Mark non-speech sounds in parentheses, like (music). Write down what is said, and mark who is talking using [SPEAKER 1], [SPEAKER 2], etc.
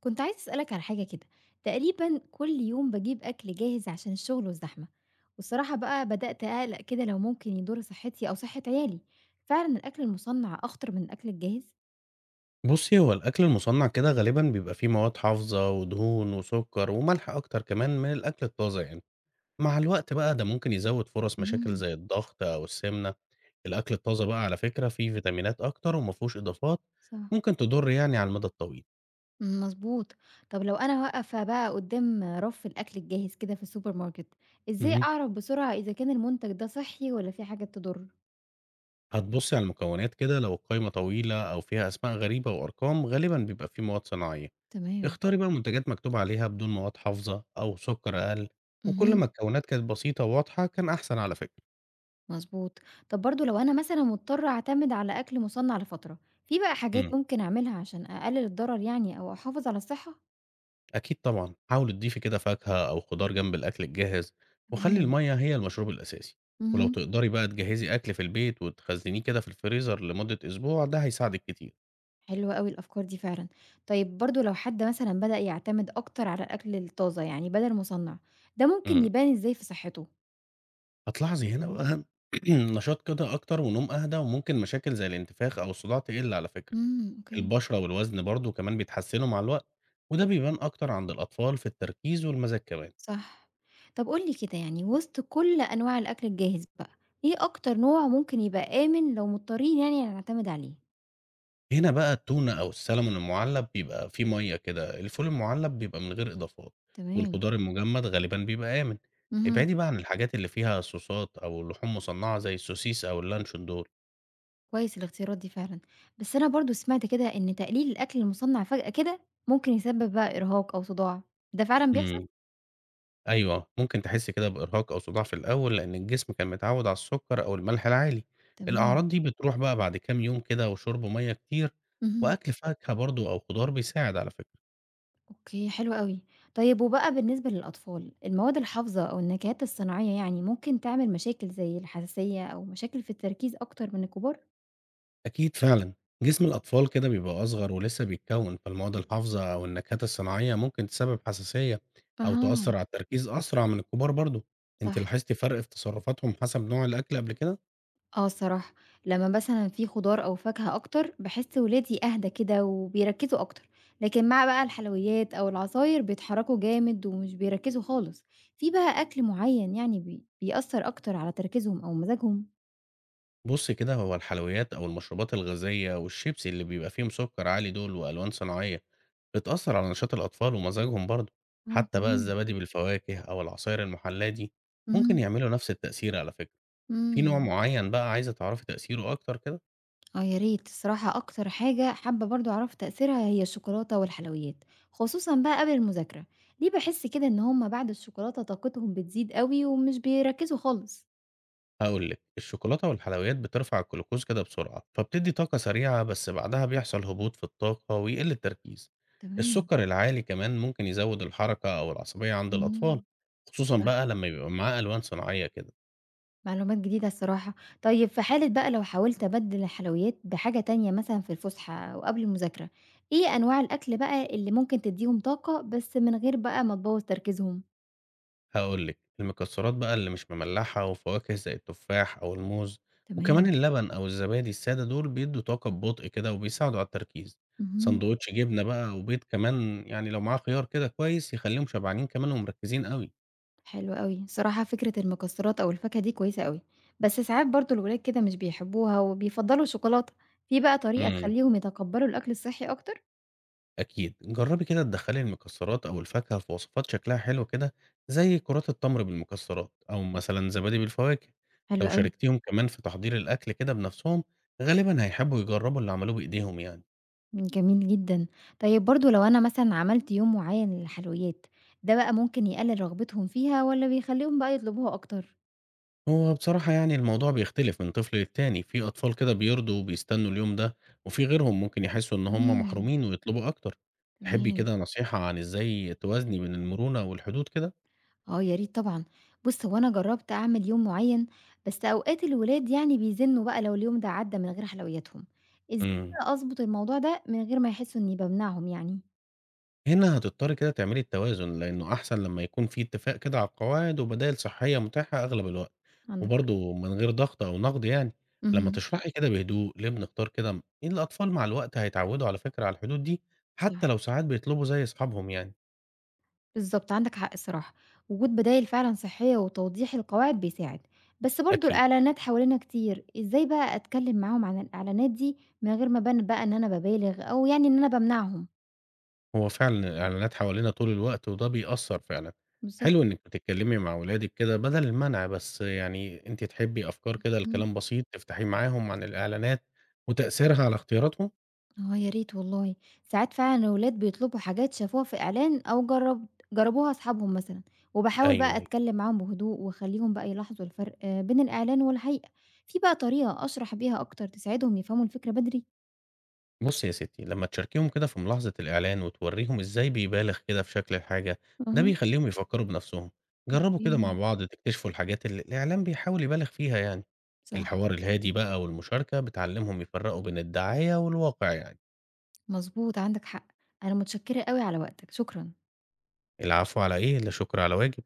[SPEAKER 1] كنت عايزة أسألك على حاجة كده، تقريبًا كل يوم باجيب أكل جاهز عشان الشغل والزحمة، والصراحة بقى بدأت أقلق كده لو ممكن يضر صحتي أو صحة عيالي، فعلًا الأكل المصنّع أخطر من الأكل الجاهز؟
[SPEAKER 2] بُصّي، هو الأكل المُصنّع كده غالبًا بيبقى فيه مواد حافظة ودهون وسُكّر وملح أكتر كمان من الأكل الطازة يعني. مع الوقت بقى ده ممكن يزوّد فرص مشاكل
[SPEAKER 1] إمم،
[SPEAKER 2] زي الضغط أو السمنة. الأكل الطازة بقى على فكرة فيه فيتامينات أكتر وما فيهوش إضافات
[SPEAKER 1] صح.
[SPEAKER 2] ممكن تضُر يعني على المدى الطويل.
[SPEAKER 1] مضبوط. طب لو أنا واقفة بقى قدّام رف الأكل الجاهز كده في السوبر ماركت، إزاي
[SPEAKER 2] اهم.
[SPEAKER 1] أعرف بسرعة إذا كان المنتج ده صحّي والّا فيه حاجات تضر؟
[SPEAKER 2] هتبُصّي على المكونات كده، لو القايمة طويلة أو فيها أسماء غريبة وأرقام غالبًا بيبقى فيه مواد صناعية.
[SPEAKER 1] تمام،
[SPEAKER 2] اختاري بقى منتجات مكتوب عليها بدون مواد حافظة أو سُكّر أقل، وكل
[SPEAKER 1] اهم.
[SPEAKER 2] ما الكونات كانت بسيطة وواضحة كان أحسن على فكرة.
[SPEAKER 1] مضبوط. طب برضه لو أنا مثلًا مضطرة أعتمد على أكل مُصنّع لفترة، في بقى حاجات
[SPEAKER 2] إمم.
[SPEAKER 1] ممكن أعملها عشان أقلل الضرر يعني أو أحافظ على الصحة؟
[SPEAKER 2] أكيد طبعًا، حاولي تضيفي كده فاكهة أو خضار جنب الأكل الجاهز، وخلّي
[SPEAKER 1] تمام.
[SPEAKER 2] المَيّة هي المشروب الأساسي، ولو
[SPEAKER 1] اهم.
[SPEAKER 2] تقدري بقى تجهّزي أكل في البيت وتخزّنيه كده في الفريزر لمدة أسبوع ده هيساعدِك كتير.
[SPEAKER 1] حلوة أوي الأفكار دي فعلًا. طيب برضه لو حد مثلًا بدأ يعتمد أكتر على الأكل الطازة يعني بدل المُصنّع، ده ممكن
[SPEAKER 2] إمم،
[SPEAKER 1] يبان إزاي في صحته؟
[SPEAKER 2] هتلاحظي هنا بقى (clears throat) نشاط كده أكتر ونوم أهدى، وممكن مشاكل زي الانتفاخ أو الصداع تقِل على فكرة.
[SPEAKER 1] إمم، أوكي.
[SPEAKER 2] البشرة والوزن برضه كمان بيتحسنوا مع الوقت، وده بيبان أكتر عند الأطفال في التركيز والمزاج كمان.
[SPEAKER 1] صح. طب قُل لي كده يعني وسط كل أنواع الأكل الجاهز بقى، إيه أكتر نوع ممكن يبقى آمن لو مضطرين يعني نعتمد عليه؟
[SPEAKER 2] هنا بقى التونة أو السلمون المُعلّب بيبقى فيه مَيّة كده، الفول المُعلّب بيبقى من غير إضافات،
[SPEAKER 1] تمام.
[SPEAKER 2] والخضار المجمد غالبًا بيبقى آمن.
[SPEAKER 1] اهم.
[SPEAKER 2] ابعدي بقى عن الحاجات اللي فيها صوصات أو لحوم مصنّعة زي السوسيس أو اللانشون دول.
[SPEAKER 1] كويس الاختيارات دي فعلًا، بس أنا برضه سمعت كده إن تقليل الأكل المُصنّع فجأة كده ممكن يسبب بقى إرهاق أو صداع، ده فعلًا بيحصل؟
[SPEAKER 2] إمم، أيوه، ممكن تحسّي كده بإرهاق أو صداع في الأول لإن الجسم كان متعوّد على السُكّر أو الملح العالي.
[SPEAKER 1] تمام،
[SPEAKER 2] الأعراض دي بتروح بقى بعد كام يوم كده وشُرب مَيّة كتير،
[SPEAKER 1] اهم،
[SPEAKER 2] وأكل فاكهة برضه أو خضار بيساعد على فكرة.
[SPEAKER 1] أوكي حلو أوي، طيب وبقى بالنسبة للأطفال، المواد الحافظة أو النكهات الصناعية يعني ممكن تعمل مشاكل زي الحساسية أو مشاكل في التركيز أكتر من الكبار؟
[SPEAKER 2] أكيد فعلًا، جسم الأطفال كده بيبقى أصغر ولسه بيتكوّن، فالمواد الحافظة أو النكهات الصناعية ممكن تسبب حساسية أو تأثّر
[SPEAKER 1] أها،
[SPEAKER 2] على التركيز أسرع من الكبار برضه. أنتِ
[SPEAKER 1] صح.
[SPEAKER 2] لاحظتِ فرق في تصرفاتهم حسب نوع الأكل قبل كده؟
[SPEAKER 1] آه الصراحة، لمّا مثلًا في خضار أو فاكهة أكتر، باحس ولادي أهدى كده وبيركّزوا أكتر، لكن مع بقى الحلويات أو العصاير بيتحركوا جامد ومش بيركّزوا خالص، في بقى أكل معيّن يعني بيأثّر أكتر على تركيزهم أو مزاجهم؟
[SPEAKER 2] بُصّي كده، هو الحلويات أو المشروبات الغازية والشيبسي اللي بيبقى فيهم سُكّر عالي دول وألوان صناعية، بتأثّر على نشاط الأطفال ومزاجهم برضه.
[SPEAKER 1] آه
[SPEAKER 2] حتى بقى
[SPEAKER 1] تمام،
[SPEAKER 2] الزبادي بالفواكه أو العصاير المُحلّاه دي، ممكن
[SPEAKER 1] اهم،
[SPEAKER 2] يعملوا نفس التأثير على فكرة. في نوع
[SPEAKER 1] إمم،
[SPEAKER 2] معيّن بقى عايزة تعرفي تأثيره أكتر كده؟
[SPEAKER 1] آه يا ريت، الصراحة أكتر حاجة حابة برضه أعرف تأثيرها هي الشوكولاتة والحلويات، خصوصًا بقى قبل المذاكرة، ليه باحس كده إن هُم بعد الشوكولاتة طاقتهم بتزيد أوي ومش بيركّزوا خالص؟
[SPEAKER 2] هاقول لِك، الشوكولاتة والحلويات بترفع الجلوكوز كده بسرعة، فبتدّي طاقة سريعة بس بعدها بيحصل هبوط في الطاقة ويقل التركيز.
[SPEAKER 1] تمام،
[SPEAKER 2] السكر العالي كمان ممكن يزود الحركة أو العصبية عند الأطفال،
[SPEAKER 1] إمم.
[SPEAKER 2] خصوصًا
[SPEAKER 1] صح،
[SPEAKER 2] بقى لمّا يبقى معاه ألوان صناعية كده.
[SPEAKER 1] معلومات جديدة الصراحة. طيب في حالة بقى لو حاولت أبدِّل الحلويات بحاجة تانية مثلًا في الفُسحة أو قبل المذاكرة، إيه أنواع الأكل بقى اللي ممكن تدّيهم طاقة بس من غير بقى ما تبوّظ تركيزهم؟
[SPEAKER 2] هاقول لِك، المكسرات بقى اللي مش مملحة وفواكه زي التفاح أو الموز، وكمان
[SPEAKER 1] تمام.
[SPEAKER 2] اللبن أو الزبادي السادة دول بيدّوا طاقة ببطء كده وبيساعدوا على التركيز.
[SPEAKER 1] اهم،
[SPEAKER 2] ساندوتش جبنة بقى وبيض كمان، يعني لو معاه خيار كده كويس يخلّيهم شبعانين كمان ومركزين أوي.
[SPEAKER 1] حلو أوي. الصراحة فكرة المكسّرات أو الفاكهة دي كويسة أوي، بس ساعات برضه الولاد كده مش بيحبوها وبيفضّلوا الشوكولاتة. في بقى طريقة
[SPEAKER 2] إمم.
[SPEAKER 1] تخلّيهم يتقبّلوا الأكل الصحّي أكتر؟
[SPEAKER 2] أكيد جربي كده تدخلي المكسرات أو الفاكهة في وصفات شكلها حلو كده، زي كرات التمر بالمكسرات أو مثلا زبادي بالفواكه.
[SPEAKER 1] حلو
[SPEAKER 2] لو
[SPEAKER 1] أوي.
[SPEAKER 2] شاركتيهم كمان في تحضير الأكل كده بنفسهم غالبا هيحبوا يجربوا اللي عملوه بإيديهم يعني.
[SPEAKER 1] جميل جدًا. طيب برضه لو أنا مثلًا عملت يوم معيّن للحلويات، ده بقى ممكن يقلل رغبتهم فيها والّا بيخلّيهم بقى يطلبوها أكتر؟
[SPEAKER 2] هو بصراحة يعني الموضوع بيختلف من طفل للتاني، في أطفال كده بيرضوا وبيستنوا اليوم ده، وفي غيرهم ممكن يحسوا إن هم
[SPEAKER 1] اهم.
[SPEAKER 2] محرومين ويطلبوا أكتر. تحبي
[SPEAKER 1] تمام.
[SPEAKER 2] كده نصيحة عن إزاي توازني بين المرونة والحدود كده؟
[SPEAKER 1] آه يا ريت طبعًا. بُص، هو أنا جرّبت أعمل يوم معيّن، بس أوقات الولاد يعني بيزنّوا بقى لو اليوم ده عدّى من غير حلوياتهم. إزاي
[SPEAKER 2] مم.
[SPEAKER 1] بقى أضبط الموضوع ده من غير ما يحسّوا إنّي بامنعهم يعني؟
[SPEAKER 2] هنا هتضطري كده تعملي التوازن، لأنه أحسن لما يكون في اتفاق كده على القواعد وبدائل صحية متاحة أغلب الوقت،
[SPEAKER 1] عندك حق.
[SPEAKER 2] وبرضه من غير ضغط أو نقد يعني. لما
[SPEAKER 1] اهم.
[SPEAKER 2] تشرحي كده بهدوء ليه بنختار كده الأطفال مع الوقت هيتعودوا على فكرة على الحدود دي، حتى
[SPEAKER 1] صح.
[SPEAKER 2] لو ساعات بيطلبوا زي أصحابهم يعني.
[SPEAKER 1] بالضبط، عندك حق الصراحة، وجود بدايل فعلًا صحية وتوضيح القواعد بيساعد، بس برضه
[SPEAKER 2] أكيد.
[SPEAKER 1] الإعلانات حوالينا كتير، إزاي بقى أتكلم معاهم عن الإعلانات دي من غير ما أبان بقى إن أنا بابالغ أو يعني إن أنا بامنعهم؟
[SPEAKER 2] هو فعلا الإعلانات حوالينا طول الوقت وده بيأثر فعلا.
[SPEAKER 1] بالضبط،
[SPEAKER 2] حلو إنك بتتكلمي مع ولادك كده بدل المنع بس، يعني أنت تحبي أفكار كده،
[SPEAKER 1] إمم.
[SPEAKER 2] الكلام بسيط تفتحي معاهم عن الإعلانات وتأثيرها على اختياراتهم.
[SPEAKER 1] آه، يا ريت والله، ساعات فعلًا الولاد بيطلبوا حاجات شافوها في إعلان أو جربوها أصحابهم مثلًا، وباحاول بقى
[SPEAKER 2] أيوه، أيوه.
[SPEAKER 1] أتكلم معاهم بهدوء وأخليهم بقى يلاحظوا الفرق آه، بين الإعلان والحقيقة، في بقى طريقة أشرح بيها أكتر تساعدهم يفهموا الفكرة بدري؟
[SPEAKER 2] بُصّي يا ستّي، لمّا تشاركيهم كده في ملاحظة الإعلان وتورّيهم إزاي بيبالغ كده في شكل الحاجة، ده
[SPEAKER 1] أها،
[SPEAKER 2] بيخلّيهم يفكّروا بنَفْسهم. جرّبوا
[SPEAKER 1] أوكي،
[SPEAKER 2] كده مع بعض تكتشفوا الحاجات اللي الإعلان بيحاول يبالغ فيها يعني.
[SPEAKER 1] صح.
[SPEAKER 2] الحوار الهادي بقى والمشاركة بتعلّمهم يفرّقوا بين الدعاية والواقع يعني.
[SPEAKER 1] مضبوط، عندك حق. أنا متشكرة أوي على وقتك، شكرًا.
[SPEAKER 2] العفو على إيه، لا شُكر على واجب.